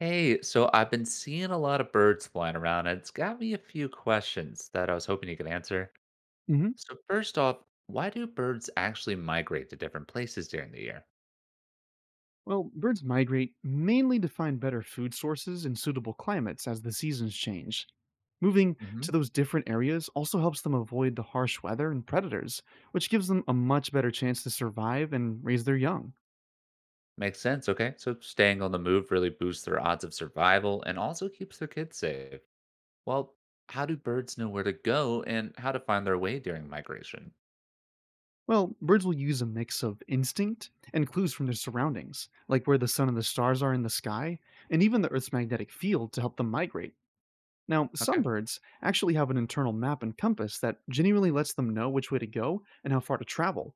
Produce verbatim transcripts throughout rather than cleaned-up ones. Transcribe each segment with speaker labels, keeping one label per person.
Speaker 1: Hey, so I've been seeing a lot of birds flying around, and it's got me a few questions that I was hoping you could answer.
Speaker 2: hmm
Speaker 1: So first off, why do birds actually migrate to different places during the year?
Speaker 2: Well, birds migrate mainly to find better food sources and suitable climates as the seasons change. Moving
Speaker 1: hmm
Speaker 2: to those different areas also helps them avoid the harsh weather and predators, which gives them a much better chance to survive and raise their young.
Speaker 1: Makes sense. Okay, so staying on the move really boosts their odds of survival and also keeps their kids safe. Well, how do birds know where to go and how to find their way during migration?
Speaker 2: Well, birds will use a mix of instinct and clues from their surroundings, like where the sun and the stars are in the sky, and even the Earth's magnetic field to help them migrate. Now, some
Speaker 1: Okay.
Speaker 2: birds actually have an internal map and compass that genuinely lets them know which way to go and how far to travel,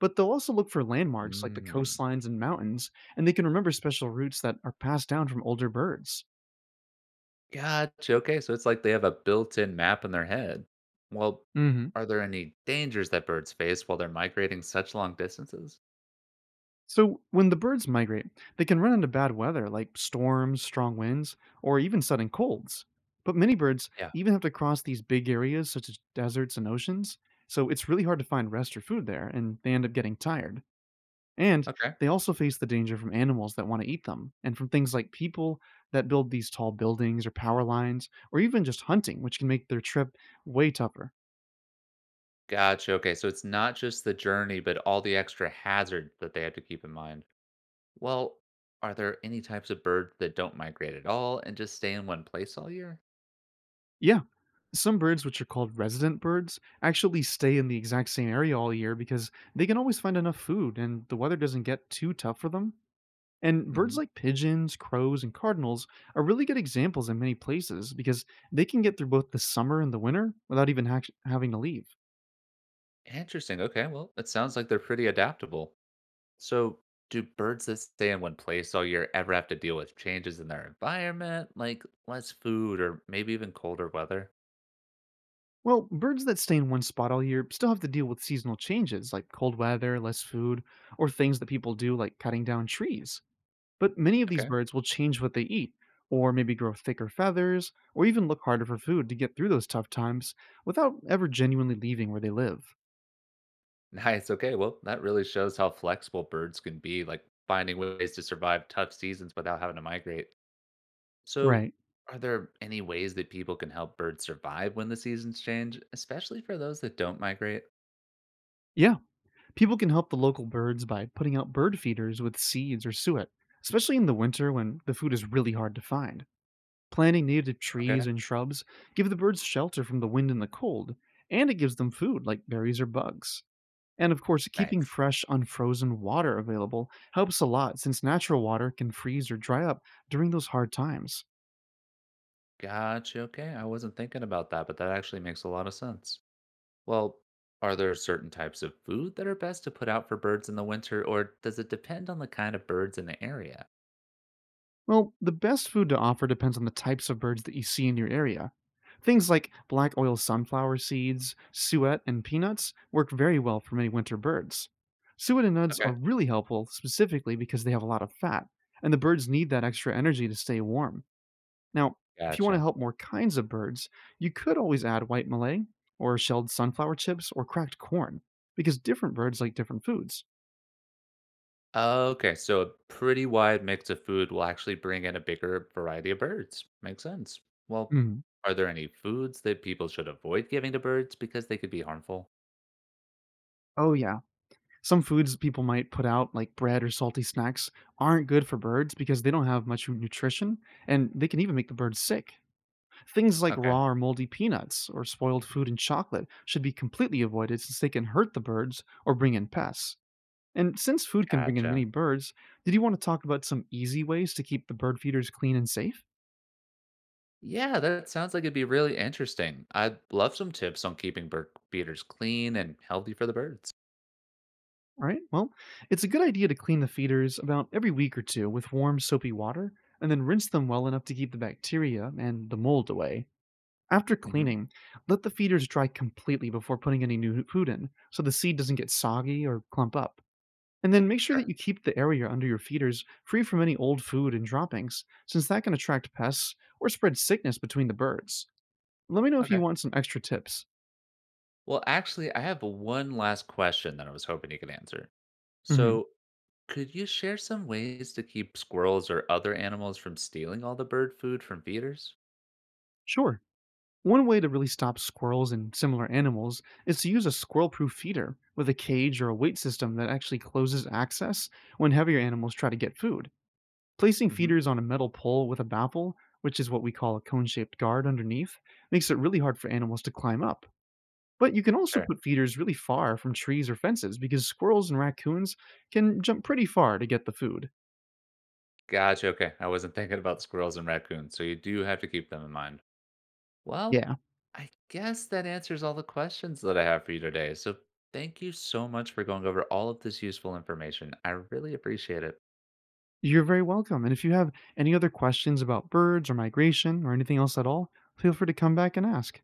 Speaker 2: but they'll also look for landmarks like the
Speaker 1: Mm.
Speaker 2: coastlines and mountains, and they can remember special routes that are passed down from older birds.
Speaker 1: Gotcha, okay, so it's like they have a built-in map in their head. Well,
Speaker 2: hmm
Speaker 1: are there any dangers that birds face while they're migrating such long distances?
Speaker 2: So, when the birds migrate, they can run into bad weather like storms, strong winds, or even sudden colds. But many birds
Speaker 1: Yeah.
Speaker 2: even have to cross these big areas such as deserts and oceans, so it's really hard to find rest or food there, and they end up getting tired. And
Speaker 1: Okay.
Speaker 2: they also face the danger from animals that want to eat them, and from things like people that build these tall buildings or power lines, or even just hunting, which can make their trip way tougher.
Speaker 1: Gotcha, okay, so it's not just the journey, but all the extra hazards that they have to keep in mind. Well, are there any types of birds that don't migrate at all and just stay in one place all year?
Speaker 2: Yeah, some birds, which are called resident birds, actually stay in the exact same area all year because they can always find enough food and the weather doesn't get too tough for them. And birds
Speaker 1: Mhm.
Speaker 2: like pigeons, crows, and cardinals are really good examples in many places because they can get through both the summer and the winter without even hac having to leave.
Speaker 1: Interesting, okay, well, it sounds like they're pretty adaptable. So, do birds that stay in one place all year ever have to deal with changes in their environment, like less food or maybe even colder weather?
Speaker 2: Well, birds that stay in one spot all year still have to deal with seasonal changes like cold weather, less food, or things that people do like cutting down trees. But many of these
Speaker 1: Okay.
Speaker 2: birds will change what they eat, or maybe grow thicker feathers, or even look harder for food to get through those tough times without ever genuinely leaving where they live.
Speaker 1: Nice. Okay. Well, that really shows how flexible birds can be, like finding ways to survive tough seasons without having to migrate. So,
Speaker 2: Right.
Speaker 1: are there any ways that people can help birds survive when the seasons change, especially for those that don't migrate?
Speaker 2: Yeah. People can help the local birds by putting out bird feeders with seeds or suet, especially in the winter when the food is really hard to find. Planting native trees
Speaker 1: Okay.
Speaker 2: and shrubs give the birds shelter from the wind and the cold, and it gives them food like berries or bugs. And of course, keeping
Speaker 1: Nice.
Speaker 2: fresh, unfrozen water available helps a lot since natural water can freeze or dry up during those hard times.
Speaker 1: Gotcha. Okay. I wasn't thinking about that, but that actually makes a lot of sense. Well, are there certain types of food that are best to put out for birds in the winter, or does it depend on the kind of birds in the area?
Speaker 2: Well, the best food to offer depends on the types of birds that you see in your area. Things like black oil sunflower seeds, suet, and peanuts work very well for many winter birds. Suet and nuts are
Speaker 1: Okay.
Speaker 2: really helpful specifically because they have a lot of fat, and the birds need that extra energy to stay warm. Now, if you want to
Speaker 1: Gotcha.
Speaker 2: help more kinds of birds, you could always add white Malay, or shelled sunflower chips, or cracked corn, because different birds like different foods.
Speaker 1: Okay, so a pretty wide mix of food will actually bring in a bigger variety of birds. Makes sense. Well,
Speaker 2: Mhm.
Speaker 1: are there any foods that people should avoid giving to birds because they could be harmful?
Speaker 2: Oh, yeah, some foods people might put out, like bread or salty snacks, aren't good for birds because they don't have much nutrition and they can even make the birds sick. Things like
Speaker 1: Okay.
Speaker 2: raw or moldy peanuts or spoiled food and chocolate should be completely avoided since they can hurt the birds or bring in pests. And since food can bring in many
Speaker 1: Gotcha.
Speaker 2: birds, did you want to talk about some easy ways to keep the bird feeders clean and safe?
Speaker 1: Yeah, that sounds like it'd be really interesting. I'd love some tips on keeping bird feeders clean and healthy for the birds.
Speaker 2: All right, well, it's a good idea to clean the feeders about every week or two with warm, soapy water and then rinse them well enough to keep the bacteria and the mold away. After
Speaker 1: hmm
Speaker 2: cleaning, let the feeders dry completely before putting any new food in, so the seed doesn't get soggy or clump up. And then make sure that
Speaker 1: Sure.
Speaker 2: you keep the area under your feeders free from any old food and droppings, since that can attract pests or spread sickness between the birds. Let me know if you
Speaker 1: Okay.
Speaker 2: want some extra tips.
Speaker 1: Well, actually, I have one last question that I was hoping you could answer.
Speaker 2: hmm
Speaker 1: So, could you share some ways to keep squirrels or other animals from stealing all the bird food from feeders?
Speaker 2: Sure. One way to really stop squirrels and similar animals is to use a squirrel proof feeder with a cage or a weight system that actually closes access when heavier animals try to get food. Placing
Speaker 1: hmm
Speaker 2: feeders on a metal pole with a baffle, which is what we call a cone shaped guard underneath, makes it really hard for animals to climb up. But you can also
Speaker 1: Sure.
Speaker 2: put feeders really far from trees or fences because squirrels and raccoons can jump pretty far to get the food.
Speaker 1: Gotcha. Okay. I wasn't thinking about squirrels and raccoons, so you do have to keep them in mind. Well,
Speaker 2: Yeah,
Speaker 1: I guess that answers all the questions that I have for you today. So, thank you so much for going over all of this useful information. I really appreciate it.
Speaker 2: you're very welcome. And if you have any other questions about birds or migration or anything else at all, feel free to come back and ask.